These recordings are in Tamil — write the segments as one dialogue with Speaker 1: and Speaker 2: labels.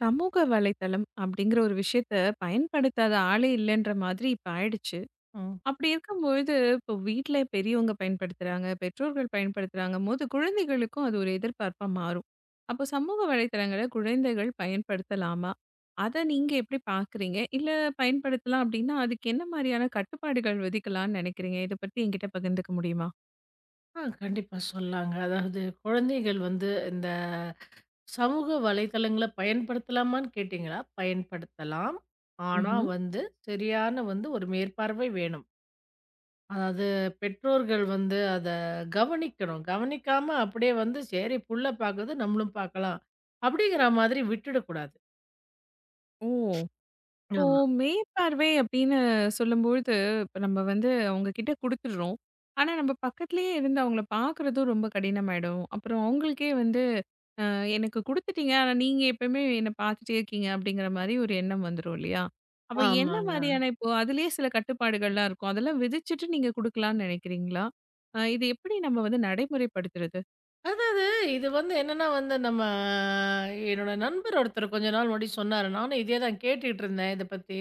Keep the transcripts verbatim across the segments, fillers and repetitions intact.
Speaker 1: சமூக வலைத்தளம் அப்படிங்கிற ஒரு விஷயத்த பயன்படுத்தாத ஆளே இல்லைன்ற மாதிரி இப்ப ஆயிடுச்சு.
Speaker 2: ம்.
Speaker 1: அப்படி இருக்கும்பொழுது, இப்போ வீட்ல பெரியவங்க பயன்படுத்துறாங்க, பெற்றோர்கள் பயன்படுத்துறாங்க போது குழந்தைகளுக்கும் அது ஒரு எதிர்பார்ப்பா மாறும். அப்போ சமூக வலைத்தளங்கள குழந்தைகள் பயன்படுத்தலாமா? அத நீங்க எப்படி பார்க்குறீங்க? இல்ல பயன்படுத்தலாம் அப்படின்னா, அதுக்கு என்ன மாரியான கட்டுப்பாடுகள் விதிக்கலாம்னு நினைக்கிறீங்க? இத பத்தி என்கிட்ட பகிர்ந்துக்க முடியுமா?
Speaker 2: ஆ கண்டிப்பா சொல்லாங்க. அதாவது குழந்தைகள் வந்து இந்த சமூக வலைதளங்கள பயன்படுத்தலாமான்னு கேட்டீங்களா? பயன்படுத்தலாம். ஆனா
Speaker 1: ம்ஹ்ம்.
Speaker 2: வந்து சரியான வந்து ஒரு மேற்பார்வை வேணும். அதாவது பெற்றோர்கள் வந்து அத கவனிக்கணும். கவனிக்காம அப்படியே வந்து சரி புள்ள பாக்குது நம்மளும் பாக்கலாம். அப்படிங்கிற மாதிரி விட்டுடக்கூடாது.
Speaker 1: ஓ! இப்போ
Speaker 2: ஆமா.
Speaker 1: மேற்பார்வை அப்படின்னு சொல்லும்பொழுது, இப்ப நம்ம வந்து அவங்க கிட்ட குடுத்துடுறோம். ஆனா, நம்ம பக்கத்திலேயே இருந்து அவங்கள பார்க்குறதும் ரொம்ப கடினமாயிடும். அப்புறம் அவங்களுக்கே வந்து, "அ எனக்கு குடுத்துட்டீங்க. ஆனா, நீங்க எப்பயுமே என்ன பார்த்துட்டே இருக்கீங்க." அப்படிங்கிற மாரி ஒரு எண்ணம் வந்துரும் இல்லையா? அப்ப என்ன
Speaker 2: ஆமாங்க.
Speaker 1: மாரியான இப்போ அதிலேயே சில கட்டுப்பாடுகள்லாம் இருக்கும். அதெல்லாம் விதிச்சுட்டு நீங்க குடுக்கலான்னு நெனைக்கிறீங்களா? அ இது எப்படி நம்ம வந்து நடைமுறைப்படுத்துறது?
Speaker 2: அதாவது இது வந்து என்னன்னா வந்து நம்ம என்னோட நண்பர் ஒருத்தர் கொஞ்ச நாள் முன்னாடி சொன்னாரு. நானும் இதே தான் கேட்டுட்டு இருந்தேன் இத பத்தி.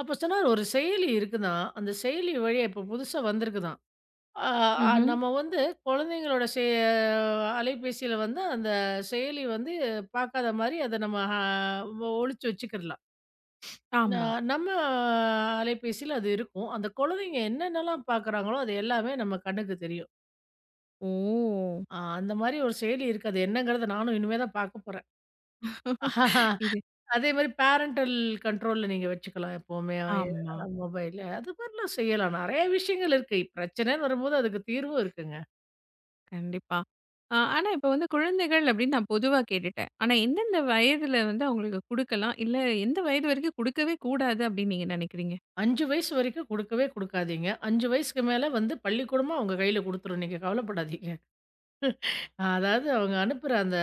Speaker 2: அப்ப சொன்னாரு ஒரு செயலி இருக்குதாம். அந்த செயலி வழியா இப்போ புதுசா வந்திருக்குதாம். ஆ அ
Speaker 1: ம்ஹ்ம்.
Speaker 2: நம்ம வந்து குழந்தைங்களோட செ அலைபேசியில வந்து அந்த செயலி வந்து பார்க்காத மாரி அத நம்ம அ ஒழிச்சு வச்சுக்கிறலாம். ந
Speaker 1: ஆமா.
Speaker 2: நம்ம அலைபேசியில அது இருக்கும். அந்த குழந்தைங்க என்னென்னலாம் பார்க்குறாங்களோ அது எல்லாமே நம்ம கண்ணுக்கு தெரியும்.
Speaker 1: ஓ!
Speaker 2: ஆ அந்த மாரி ஒரு செயலி இருக்கு. அது என்னங்கிறத நானும் இனிமே தான் பார்க்க போறேன்.
Speaker 1: இது
Speaker 2: அதே மாரி பேரன்டல் கண்ட்ரோல்ல நீங்க வச்சுக்கலாம் எப்பவுமே
Speaker 1: ஆமா.
Speaker 2: மொபைல. அது மாரிலாம் செய்யலாம். நெறைய விஷயங்கள் இருக்கு. இப்ப பிரச்சனைன்னு வரும்போது அதுக்கு தீர்வும் இருக்குங்க.
Speaker 1: கண்டிப்பா. அ ஆனா இப்ப வந்து குழந்தைகள் அப்படின்னு நான் பொதுவா கேட்டுட்டேன். ஆனா எந்தெந்த வயதுல வந்து அவங்களுக்கு குடுக்கலாம்? இல்ல எந்த வயது வரைக்கும் குடுக்கவே கூடாது அப்படின்னு நீங்க நினைக்கிறீங்க?
Speaker 2: ஐந்து வயசு வரைக்கும் குடுக்கவே குடுக்காதீங்க. ஐந்து வயசுக்கு மேல வந்து பள்ளிக்கூடமா அவங்க கையில குடுத்துரும். நீங்க கவலைப்படாதீங்க. அஹ் அதாவது அவங்க அனுப்புற அந்த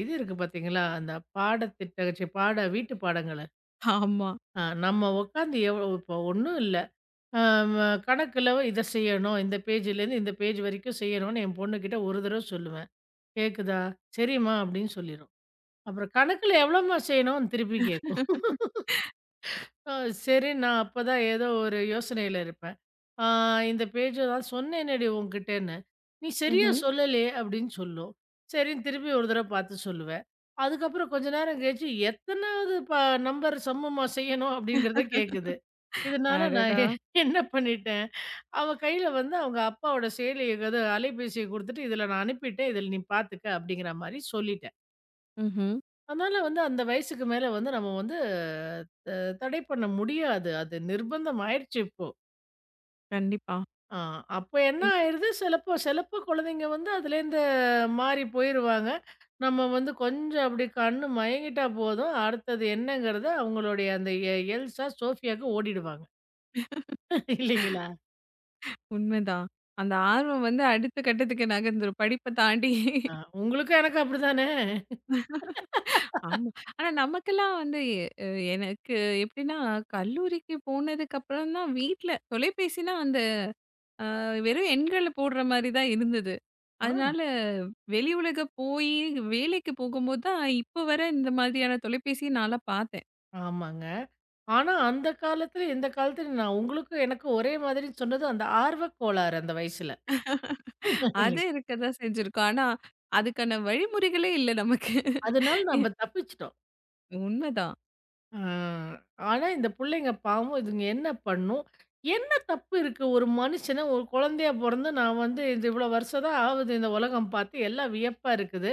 Speaker 2: இது இருக்கு பார்த்தீங்களா, அந்த பாடத்திட்ட ச்சீ பாட வீட்டு பாடங்கள.
Speaker 1: ஆமா.
Speaker 2: அ நம்ம உட்காந்து எவ்வளோ இப்போ ஒண்ணும் இல்ல. அ ம கணக்குல இத செய்யணும். இந்த பேஜ்லேருந்து இந்த பேஜ் வரைக்கும் செய்யணும்னு என் பொண்ணுகிட்ட ஒரு தடவ சொல்லுவேன். கேட்குதா? சரிம்மா அப்படின்னு சொல்லிரும். அப்புறம் கணக்குல எவ்வளோம்மா செய்யணும்னு திருப்பி கேட்கும். அ சரி, நான் அப்பதான் ஏதோ ஒரு யோசனையில இருப்பேன். ஆ இந்த பேஜ் தான் சொன்னேனேடி உன்கிட்டேன்னு. நீ சரியா
Speaker 1: ம்ஹ்ம்.
Speaker 2: சொல்லலயே அப்படின்னு சொல்லும். சரின்னு திருப்பி ஒரு தடவ பார்த்து சொல்லுவேன். அதுக்கப்புறம் கொஞ்ச நேரம் கழிச்சு எத்தனாவது ப நம்பர் சம்மமா செய்யணும் அப்படிங்கிறத கேட்குது. இதனால நான்
Speaker 1: அடடா!
Speaker 2: எ என்ன பண்ணிட்டேன், அவ கையில வந்து அவங்க அப்பாவோட செயலிய அலைபேசிய குடுத்துட்டு, "இதில நான் அனுப்பிட்டேன். இதில நீ பார்த்துக்க" அப்படிங்கிற மாரி சொல்லிட்டேன்.
Speaker 1: ம்ஹ்ம்.
Speaker 2: அதனால வந்து அந்த வயசுக்கு மேல வந்து நம்ம வந்து த தடை பண்ண முடியாது. அது நிர்பந்தம் ஆயிடுச்சு இப்போ.
Speaker 1: கண்டிப்பா.
Speaker 2: ஆ அப்ப என்ன
Speaker 1: இப்
Speaker 2: ஆயிருது, சிலப்போ சிலப்போ குழந்தைங்க வந்து அதுலேருந்து மாறி போயிருவாங்க. நம்ம வந்து கொஞ்சம் அப்படி கண்ணு மயங்கிட்டா போதும், அடுத்தது என்னங்கிறத அவங்களுடைய அந்த எ எல்சா, சோஃபியாக்கு ஓடிடுவாங்க. இல்லைங்களா?
Speaker 1: உண்மைதான். அந்த ஆர்வம் வந்து அடுத்த கட்டத்துக்கு நகர்ந்துரும். படிப்ப தாண்டி.
Speaker 2: ஆ உங்களுக்கும் எனக்கும் அப்படிதானே?
Speaker 1: ஆமா. ஆனா நமக்கெல்லாம் வந்து எ எனக்கு எப்படின்னா, கல்லூரிக்கு போனதுக்கு அப்புறம் தான் வீட்ல தொலைபேசினா அந்த வெறும் எண்கள போடுற மாரி தான் இருந்தது.
Speaker 2: ஆ
Speaker 1: அதனால வெளி உலக போயி வேலைக்கு போகும்போது தான், இப்ப வர இந்த மாதிரியான தொலைபேசிய நான்லாம் பார்த்தேன்.
Speaker 2: ஆமாங்க. ஆனா அந்த காலத்துல, இந்த காலத்துல நான் உங்களுக்கும் எனக்கும் ஒரே மாதிரின்னு சொன்னது அந்த ஆர்வக் கோளாறு அந்த வயசுல.
Speaker 1: அது இருக்க தான் செஞ்சிருக்கு. ஆனா, அதுக்கான வழிமுறைகளே இல்ல நமக்கு.
Speaker 2: அதனால
Speaker 1: எ
Speaker 2: நம்ம தப்பிச்சுட்டோம்.
Speaker 1: உண்மதான்.
Speaker 2: அ ஆனா இந்த புள்ளைங்க பாவம் இதுங்க என்ன பண்ணும்? என்ன தப்பு இருக்கு? ஒரு மனுஷன ஒரு குழந்தையா பொறந்து நான் வந்து இது இவ்வளோ வருஷம் தான் ஆகுது இந்த உலகம் பார்த்து. எல்லாம் வியப்பா இருக்குது.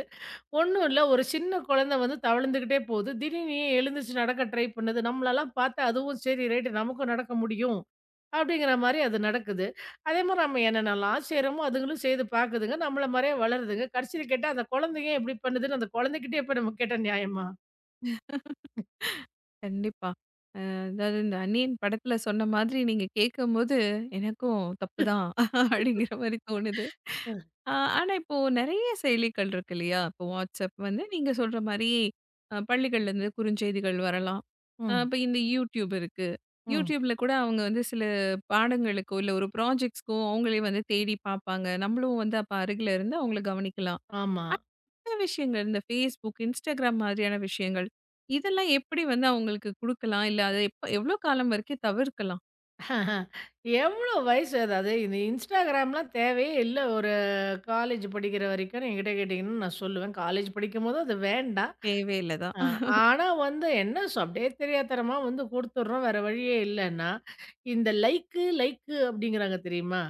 Speaker 2: ஒண்ணும் இல்ல, ஒரு சின்ன குழந்தை வந்து தவழ்ந்துகிட்டே போகுது. திடீர்னு ஏன் எழுந்துருச்சு நடக்க ட்ரை பண்ணுது. நம்மளலாம் பார்த்து அதுவும் சரி ரைட் நமக்கும் நடக்க முடியும். அப்படிங்கிற மாரி அது நடக்குது. அதே மாரி நம்ம என்னென்னலாம் செய்றோமோ அதுங்களும் செய்து பார்க்குதுங்க. நம்மள மாரியே வளருதுங்க. கடைசியில கேட்டா அந்த குழந்தை ஏன் இப்படி பண்ணுதுன்னு அந்த குழந்தைகிட்டயே போய் நம்ம கேட்டா நியாயமா?
Speaker 1: கண்டிப்பா. அதாவது இந்த அந்நியன் படத்துல சொன்ன மாதிரி நீங்க கேட்கும்போது, எனக்கும் தப்பு தான் அப்படிங்கிற மாரி தோணுது.
Speaker 2: அ.
Speaker 1: ஆ, ஆனா இப்போ நெறைய செயலிகள் இருக்கு இல்லையா? இப்போ WhatsApp வந்து நீங்க சொல்ற மாரி அ பள்ளிகள்லேருந்து குறுஞ்செய்திகள் வரலாம். அ
Speaker 2: ம்.
Speaker 1: இப்ப இந்த YouTube இருக்கு.
Speaker 2: ம்.
Speaker 1: YouTubeல கூட அவங்க வந்து சில பாடங்களுக்கோ, இல்ல ஒரு ப்ராஜெக்ட்ஸ்க்கோ அவங்களே வந்து தேடி பார்ப்பாங்க. நம்மளும் வந்து அப்ப அருகில இருந்து அவங்கள கவனிக்கலாம்.
Speaker 2: ஆமா.
Speaker 1: சில விஷயங்கள் இந்த Facebook, Instagram மாதிரியான விஷயங்கள். இதெல்லாம் எப்படி வந்து அவங்களுக்கு குடுக்கலாம்? இல்ல அத எப்ப எவ்ளோ காலம் வரைக்கும் தவிர்க்கலாம்?
Speaker 2: எவ்ளோ வயசு அதாவது இந்த இன்ஸ்டாகிராம்லாம் தேவையே இல்ல. ஒரு காலேஜ் படிக்கிற வரைக்கும்ன்னு என்கிட்ட கேட்டீங்கன்னா, நான் சொல்லுவேன். காலேஜ் படிக்கும்போது அது வேண்டாம்.
Speaker 1: தேவையில்ல தான்.
Speaker 2: அ ஆனா வந்து என்ன சொ அப்படியே தெரியாத்தனமா வந்து குடுத்துடுறோம். வேற வழியே இல்லன்னா, இந்த லைக்கு, லைக்கு அப்படிங்கிறாங்க தெரியுமா?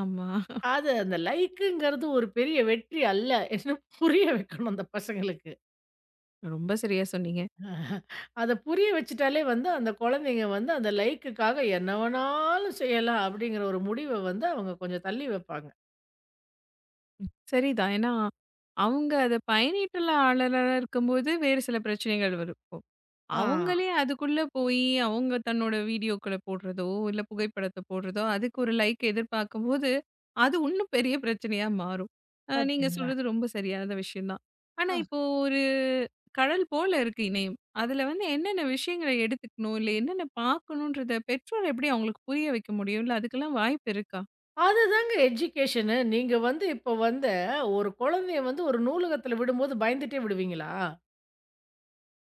Speaker 1: ஆமா.
Speaker 2: அது அந்த லைக்குங்கிறது ஒரு பெரிய வெற்றி அல்ல. என்ன புரிய வைக்கணும் அந்த பசங்களுக்கு.
Speaker 1: ரொம்ப சரியா சொன்னீங்க.
Speaker 2: அத புரிய வச்சுட்டாலே வந்து அந்த குழந்தைங்க வந்து அந்த லைக்குக்காக என்ன வேணாலும் செய்யலாம் அப்படிங்கிற ஒரு முடிவ வந்து அவங்க கொஞ்சம் தள்ளி வைப்பாங்க.
Speaker 1: சரிதான். ஏன்னா, அவங்க அத பயணிட்டுள்ள ஆளலா இருக்கும்போது, வேறு சில பிரச்சனைகள் வரும். இப்போ
Speaker 2: ஆ.
Speaker 1: அவங்களே அதுக்குள்ள போயி, அவங்க தன்னோட வீடியோக்கள போடுறதோ, இல்ல புகைப்படத்த போடுறதோ, அதுக்கு ஒரு லைக் எதிர்பார்க்கும்போது, அது உன்னும் பெரிய பிரச்சனையா மாறும். அ நீங்க
Speaker 2: பார்த்தீங்களா?
Speaker 1: சொல்றது ரொம்ப சரியான விஷயம் தான். ஆனா,
Speaker 2: ஆ.
Speaker 1: இப்போ ஒரு கடல் போல இருக்கு இணையம். அதுல வந்து என்னென்ன விஷயங்கள எடுத்துக்கணும், இல்ல என்னென்ன பார்க்கணுன்றத பெற்றோர் எப்படி அவங்களுக்கு புரிய வைக்க முடியும்? இல்ல அதுக்கெல்லாம் வாய்ப்பு இருக்கா?
Speaker 2: அதுதாங்க எஜுகேஷனு. நீங்க வந்து இப்போ வந்து ஒரு குழந்தைய வந்து ஒரு நூலகத்தில விடும்போது பயந்துட்டே விடுவீங்களா?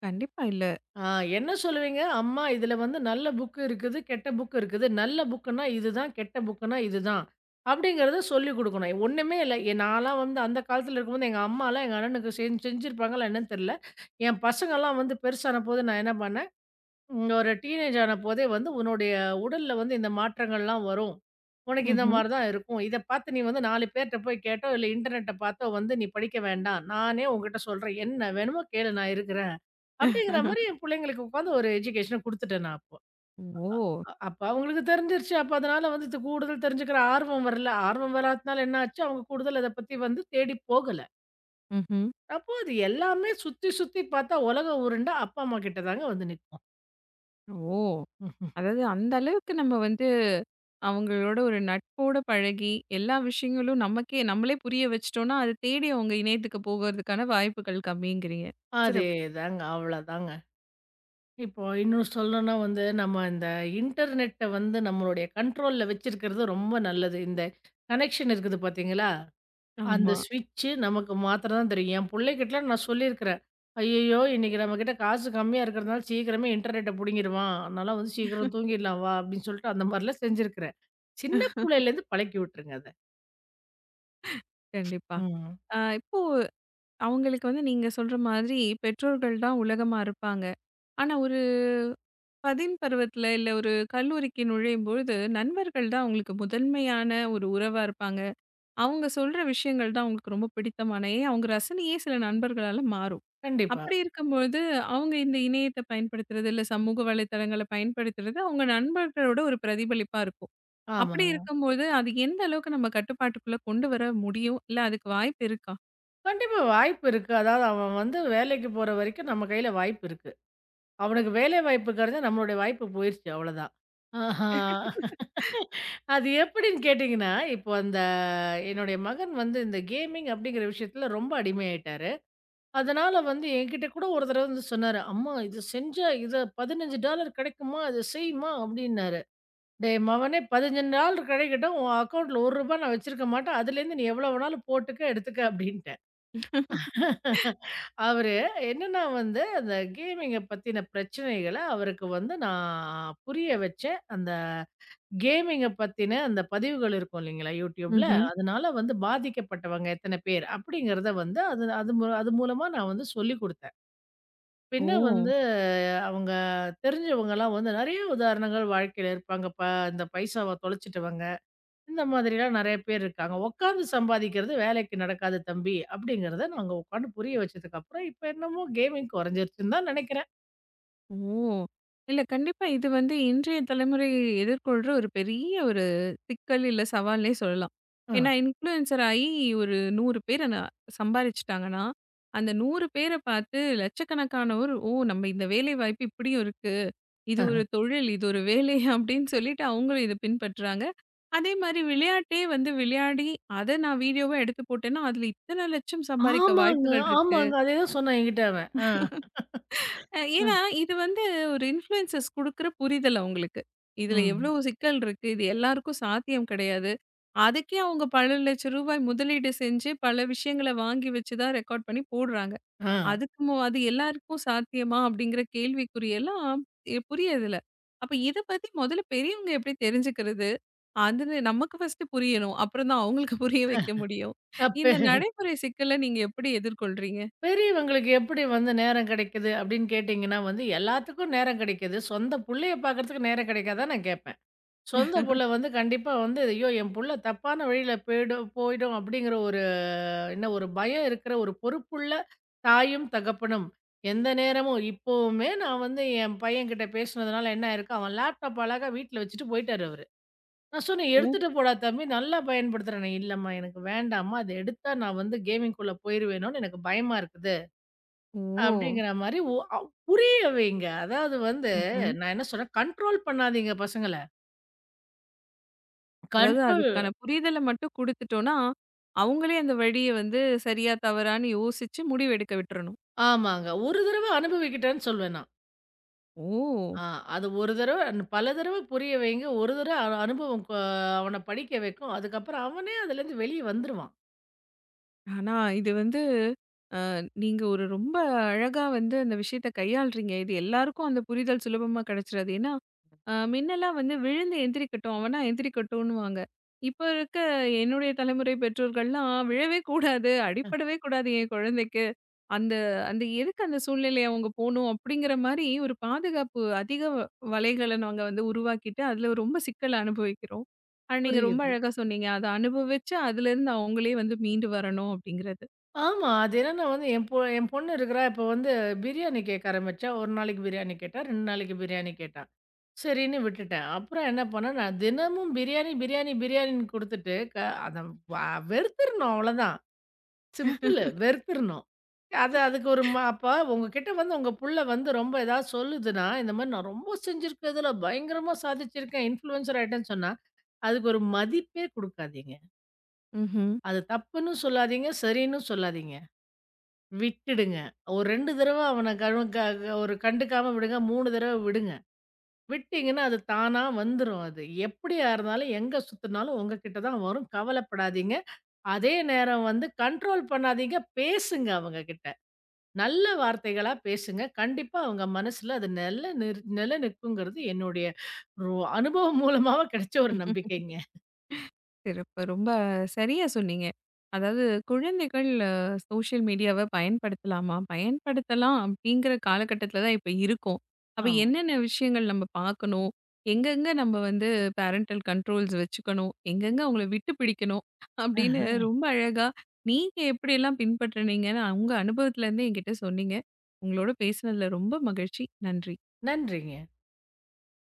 Speaker 1: கண்டிப்பா இல்ல.
Speaker 2: ஆ என்ன சொல்லுவீங்க? அம்மா இதுல வந்து நல்ல புக் இருக்குது, கெட்ட புக் இருக்குது. நல்ல புக்குன்னா இதுதான், கெட்ட புக்குன்னா இதுதான். அப்படிங்கிறத சொல்லிக் குடுக்கணும். ஒண்ணுமே இல்ல. எ நான்லாம் வந்து அந்த காலத்துல இருக்கும்போது எங்க அம்மாலாம் எங்க அண்ணனுக்கு செஞ் செஞ்சிருப்பாங்களா என்னன்னு தெரியல. என் பசங்கலாம் வந்து பெருசானபோது நான் என்ன பண்ணேன், ம். ஒரு டீனேஜ் ஆன போதே வந்து உன்னுடைய உடல்ல வந்து இந்த மாற்றங்கள்லாம் வரும். உனக்கு இந்த
Speaker 1: ம்ஹ்ம்.
Speaker 2: மாரி தான் இருக்கும். இத பார்த்து நீ வந்து நாலு பேர்ட்ட போய் கேட்டோ, இல்ல இன்டர்நெட்ட பார்த்தோ வந்து நீ படிக்க வேண்டாம். நானே உன்கிட்ட சொல்றேன். என்ன வேணுமோ கேளு, நான் இருக்கிறேன். அப்படிங்கிற மாரி என் பிள்ளைங்களுக்கு உட்காந்து ஒரு எஜுகேஷன குடுத்துட்டேன் நான் அப்போ.
Speaker 1: ஓ!
Speaker 2: அ அப்ப அவங்களுக்கு தெரிஞ்சிருச்சு. அப்ப அதனால வந்து இது கூடுதல் தெரிஞ்சுக்கிற ஆர்வம் வரல. ஆர்வம் வராதனால என்ன ஆச்சு? அவங்க கூடுதல் அத பத்தி வந்து தேடி போகல.
Speaker 1: ம்ஹ்ம்.
Speaker 2: அப்போ அது எல்லாமே சுத்தி சுத்தி பார்த்தா உலகம் உருண்டை, அப்பா, அம்மா கிட்ட தாங்க வந்து நிக்கும்.
Speaker 1: ஓ! அதாவது அந்த அளவுக்கு நம்ம வந்து அவங்களோட ஒரு நட்போட பழகி, எல்லா விஷயங்களும் நமக்கே நம்மளே புரிய வச்சுட்டோம்னா, அத தேடி அவங்க இணையத்துக்கு போகறதுக்கான வாய்ப்புகள் கம்மிங்கிறீங்க. சிறப்பு.
Speaker 2: அதேதாங்க. அவ்வளோதாங்க. இப்போ இன்னும் சொல்லணும்னா வந்து, நம்ம இந்த இன்டர்நெட்ட வந்து நம்மளுடைய கண்ட்ரோல்ல வச்சிருக்கிறது ரொம்ப நல்லது. இந்த கனெக்ஷன் இருக்குது பார்த்தீங்களா? அந்த
Speaker 1: ஆமா.
Speaker 2: ஸ்விட்சு நமக்கு மாத்திரம் தான் தெரியும். என் பிள்ளைகிட்டலாம் நான் சொல்லியிருக்கிறேன். "ஐய்யய்யோ! இன்னைக்கு நம்மகிட்ட காசு கம்மியா இருக்கிறதுனால சீக்கிரமே இன்டர்நெட்ட புடுங்கிடுவான். அதனால வந்து சீக்கிரம் தூங்கிடலாம் வா" அப்படின்னு சொல்லிட்டு அந்த மாரிலாம் செஞ்சிருக்கிறேன். சின்ன புள்ளையிலேருந்து பழக்கி விட்டுருங்க அத.
Speaker 1: கண்டிப்பா.
Speaker 2: ம்.
Speaker 1: அ இப்போ அவங்களுக்கு வந்து நீங்க சொல்ற மாதிரி பெற்றோர்கள் தான் உலகமா இருப்பாங்க. ஆனா ஒரு பதின் பருவத்துல, இல்ல ஒரு கல்லூரிக்கு நுழையும்பொழுது நண்பர்கள் தான் அவங்களுக்கு முதன்மையான ஒரு உறவா இருப்பாங்க. அவங்க சொல்ற விஷயங்கள் தான் அவங்களுக்கு ரொம்ப பிடித்தமான ஏன் அவங்க ரசனையே சில நண்பர்களால மாறும்.
Speaker 2: கண்டிப்பா.
Speaker 1: அப்படி இருக்கும்போது, அவங்க இந்த இணையத்த பயன்படுத்துறது, இல்ல சமூக வலைதளங்கள பயன்படுத்துறது, அவங்க நண்பர்களோட ஒரு பிரதிபலிப்பா இருக்கும். அப்படி
Speaker 2: ஆமாங்க.
Speaker 1: இருக்கும்போது, அது எந்த அளவுக்கு நம்ம கட்டுப்பாட்டுக்குள்ள கொண்டு வர முடியும்? இல்ல அதுக்கு வாய்ப்பு இருக்கா?
Speaker 2: கண்டிப்பா வாய்ப்பு இருக்கு. அதாவது அவன் வந்து வேலைக்கு போற வரைக்கும் நம்ம கையில வாய்ப்பு இருக்கு. அவனுக்கு வேலை வாய்ப்புங்கிறது நம்மளுடைய வாய்ப்பு போயிருச்சு அவ்வளோதான். ஆஹா! அது எப்படின்னு கேட்டிங்கன்னா, இப்போ அந்த என்னுடைய மகன் வந்து இந்த கேமிங் அப்படிங்கிற விஷயத்தில ரொம்ப அடிமையாயிட்டாரு. அதனால வந்து என்கிட்ட கூட ஒரு தடவ வந்து சொன்னாரு, "அம்மா இது செஞ்சா இத பதினைந்து டாலர் கிடைக்குமா? இத செய்யுமா?" அப்படின்னாரு. "டேய் மவனே, பதினைந்து டாலர் கிடைக்கட்டும், உன் அக்கவுண்ட்ல ரூ. ஒன்று நான் வச்சிருக்க மாட்டேன். அதுலேருந்து நீ எவ்வளோ வேணாலும் போட்டுக்க, எடுத்துக்க" அப்படின்ட்டேன். அவரு என்னன்னா வந்து அந்த கேமிங்க பத்தின பிரச்சனைகள அவருக்கு வந்து நான் புரிய வச்சேன். அந்த கேமிங்க பத்தின அந்த பதிவுகள் இருக்கும் இல்லைங்களா YouTubeல.
Speaker 1: ம்ஹ்ம்.
Speaker 2: அதனால வந்து பாதிக்கப்பட்டவங்க எத்தன பேர் அப்படிங்கிறத வந்து அது அது மூ அது மூலமா நான் வந்து சொல்லிக் குடுத்தேன். பின்ன
Speaker 1: ஓ!
Speaker 2: வந்து அவங்க தெரிஞ்சவங்கலாம் வந்து நெறைய உதாரணங்கள் வாழ்க்கையில இருப்பாங்க. ப இந்த பைசாவ தொலைச்சிட்டவங்க. இந்த மாதிரிலாம் நெறைய பேர் இருக்காங்க. உட்கார்ந்து சம்பாதிக்கிறது வேலைக்கு நடக்காது தம்பி, அப்படிங்கிறத நாங்க உட்கார்ந்து புரிய வச்சதுக்கப்புறம், இப்ப என்னமோ கேமிங் கொறைஞ்சிருச்சுன்னு தான் நெனைக்கிறேன்.
Speaker 1: ஓ! இல்ல கண்டிப்பா இது வந்து இன்றைய தலைமுறை எதிர்கொள்ற ஒரு பெரிய ஒரு சிக்கல், இல்ல சவால்னே சொல்லலாம்.
Speaker 2: அ,
Speaker 1: ஏன்னா இன்ஃப்ளூயன்சர் ஆயி ஒரு நூறு பேர நான் சம்பாரிச்சுட்டாங்கன்னா, அந்த நூறு பேர பார்த்து லட்சக்கணக்கானோர், "ஓ! நம்ம இந்த வேலை வாய்ப்பு இப்படியும் இருக்கு. இது
Speaker 2: அஹ.
Speaker 1: ஒரு தொழில், இது ஒரு வேலை" அப்படின்னு சொல்லிட்டு அவங்களும் இத பின்பற்றுறாங்க. அதே மாரி விளையாட்டே வந்து விளையாடி, அத நான் வீடியோவா எடுத்து போட்டேன்னா, அதுல இத்தன லட்சம் சம்பாரிக்க
Speaker 2: ஆமாங்க,
Speaker 1: வாய்ப்புகள் இருக்கு.
Speaker 2: ஆமாங்க. அதேதான் சொன்னான் என்கிட்ட அவன். அ,
Speaker 1: அ
Speaker 2: அ,
Speaker 1: ஏன்னா, இது வந்து ஒரு இன்ஃப்ளூயன்சர்ஸ் குடுக்குற புரிதல் அவுங்களுக்கு. இதுல எவ்ளோ
Speaker 2: ம்.
Speaker 1: சிக்கல் இருக்கு. இது எல்லாருக்கும் சாத்தியம் கிடையாது. அதுக்கே அவுங்க பத்து லட்சம் ரூபாய் முதலீடு செஞ்சு பல விஷயங்கள வாங்கி வச்சு தான் ரெக்கார்ட் பண்ணி போடுறாங்க.
Speaker 2: ஆ.
Speaker 1: அதுக்கு மு அது எல்லாருக்கும் சாத்தியமா? அப்படிங்கிற கேள்விக்குறியெல்லாம் எ புரியதில்ல. அப்ப இத பத்தி முதல்ல பெரியவங்க எப்படி தெரிஞ்சுக்கிறது? அதுன்னு நமக்கு ஃபர்ஸ்ட்டு புரியணும். அப்புறம் தான் அவங்களுக்கு புரிய வைக்க முடியும்.
Speaker 2: அப்ப
Speaker 1: இந்த நடைமுறை சிக்கல நீங்க எப்படி எதிர்கொள்றீங்க?
Speaker 2: பெரியவங்களுக்கு எப்படி வந்து நேரம் கிடைக்குது அப்படின்னு கேட்டீங்கன்னா வந்து, எல்லாத்துக்கும் நேரம் கிடைக்குது. சொந்த புள்ளைய பார்க்கறதுக்கு நேரம் கிடைக்காதான்னு நான் கேப்பேன். சொந்த புள்ள வந்து கண்டிப்பா வந்து, ஐயோ! என் புள்ள தப்பான வழியில போயிடும் போயிடும் அப்படிங்கிற ஒரு என்ன ஒரு பயம் இருக்கிற ஒரு பொறுப்புள்ள தாயும், தகப்பனும். எந்த நேரமும் இப்பவுமே நான் வந்து என் பையன்கிட்ட பேசினதுனால என்ன ஆயிருக்கு, அவன் லேப்டாப் அழகா வீட்ல வச்சுட்டு போயிட்டாரு அவரு. நான் சொன்னேன்,
Speaker 1: ஓ!
Speaker 2: "எடுத்துட்டு போடா தம்பி, நல்லா பயன்படுத்துறேனே." "இல்லம்மா எனக்கு வேண்டாம்மா. அத எடுத்தா நான் வந்து கேமிங்குள்ள போயிருவேனோன்னு எனக்கு பயமா இருக்குது."
Speaker 1: ஓ!
Speaker 2: அப்படிங்கிற மாரி ஒ அவ் புரிய வைங்க. அதாவது வந்து
Speaker 1: ம்ஹ்ம்.
Speaker 2: நான் என்ன சொல்றேன், கண்ட்ரோல் பண்ணாதீங்க பசங்கள.
Speaker 1: அதாவது
Speaker 2: கண்ட்ரோல்
Speaker 1: அதுக்கான புரிதல மட்டும் குடுத்துட்டோம்னா, அவங்களே அந்த வழிய வந்து சரியா, தவறான்னு யோசிச்சு முடிவெடுக்க விட்டுறணும்.
Speaker 2: ஆமாங்க. ஒரு தடவ அனுபவிக்கிட்டேன்னு சொல்வேன் நான்.
Speaker 1: ஓ!
Speaker 2: ஆ அது ஒரு தடவ பல தடவ புரிய வைங்க. ஒரு தடவ அ அனுபவம் கொ அவன படிக்க வைக்கும். அதுக்கப்புறம் அவனே அதுலேருந்து வெளிய வந்துருவான்.
Speaker 1: ஆனா இது வந்து நீங்க ஒரு ரொம்ப அழகா வந்து அந்த விஷயத்த கையாள்றீங்க. இது எல்லாருக்கும் அந்த புரிதல் சுலபமா கிடைச்சிராது. ஏன்னா, அ மின்னலாம் வந்து விழுந்து எந்திரிக்கட்டும், அவனா எந்திரிக்கட்டும்ன்னுவாங்க. இப்ப இருக்க என்னுடைய தலைமுறை பெற்றோர்கள்லாம் விழவே கூடாது, அடிபடவே கூடாது என் குழந்தைக்கு. அந்த அந்த எதுக்கு அந்த சூழ்நிலை அவங்க போணும் அப்படிங்கிற மாரி ஒரு பாதுகாப்பு அதிக வ வலைகள நாங்க வந்து உருவாக்கிட்டு, அதுல ரொம்ப சிக்கல அனுபவிக்கிறோம். ஆனா நீங்க ரொம்ப
Speaker 2: புரியுது.
Speaker 1: அழகா சொன்னீங்க. அத அனுபவிச்சு அதுலேருந்து அவங்களே வந்து மீண்டு வரணும் அப்படிங்கிறது.
Speaker 2: ஆமா. அது என்னன்னா வந்து என் பொ என் பொண்ணு இருக்கிறா. இப்போ வந்து பிரியாணி கேட்க ஆரம்பிச்சா. ஒரு நாளைக்கு பிரியாணி கேட்டா, ரெண்டு நாளைக்கு பிரியாணி கேட்டா. சரின்னு விட்டுட்டேன். அப்புறம் என்ன பண்ணேன், நான் தினமும் பிரியாணி, பிரியாணி, பிரியாணின்னு குடுத்துட்டு க அத வ வெறுத்துரணும் அவ்வளோதான். சிம்பிளு. வெறுத்துரணும். அது அதுக்கு ஒரு ம அப்ப உங்ககிட்ட வந்து உங்க புள்ள வந்து ரொம்ப ஏதாவது சொல்லுதுன்னா, இந்த மாரி நான் ரொம்ப செஞ்சிருக்கேன். இதுல பயங்கரமா சாதிச்சிருக்கேன். இன்ஃப்ளூயன்சர் ஆயிட்டேன்னு சொன்னா, அதுக்கு ஒரு மதிப்பே குடுக்காதீங்க.
Speaker 1: ம்ஹ்ம்.
Speaker 2: அது தப்புன்னு சொல்லாதீங்க. சரின்னு சொல்லாதீங்க. விட்டுடுங்க. ஒரு ரெண்டு தடவ அவன கரு க க- ஒரு கண்டுக்காம விடுங்க. மூணு தடவ விடுங்க. விட்டீங்கன்னா, அது தானா வந்துரும் அது. எப்படியா இருந்தாலும், எங்க சுத்துனாலும் உங்ககிட்ட தான் வரும். கவலைப்படாதீங்க. அதே நேரம் வந்து கண்ட்ரோல் பண்ணாதீங்க. பேசுங்க அவங்க கிட்ட. நல்ல வார்த்தைகளா பேசுங்க. கண்டிப்பா அவங்க மனசுல அது நல்ல நிர் நில நிற்குங்கிறது என்னுடைய ஒரு அனுபவம் மூலமாவ கிடைச்ச ஒரு நம்பிக்கைங்க.
Speaker 1: சிறப்பு. ரொம்ப சரியா சொன்னீங்க. அதாவது குழந்தைகள் அ சோஷியல் மீடியாவ பயன்படுத்தலாமா? பயன்படுத்தலாம் அப்படிங்கிற காலகட்டத்தில தான் இப்ப இருக்கோம். அப்ப
Speaker 2: ஆமா.
Speaker 1: என்னென்ன விஷயங்கள் நம்ம பார்க்கணும்? எங்கெங்க நம்ம வந்து பேரன்டல் கண்ட்ரோல்ஸ் வச்சுக்கணும்? எங்கெங்க அவங்கள விட்டு பிடிக்கணும்? அப்படின்னு ரொம்ப அழகா நீங்க எப்படியெல்லாம் பின்பற்றுனீங்கன்னு உங்க அனுபவத்திலேருந்து என்கிட்ட சொன்னீங்க. உங்களோட பேசினதில ரொம்ப மகிழ்ச்சி. நன்றி.
Speaker 2: நன்றிங்க.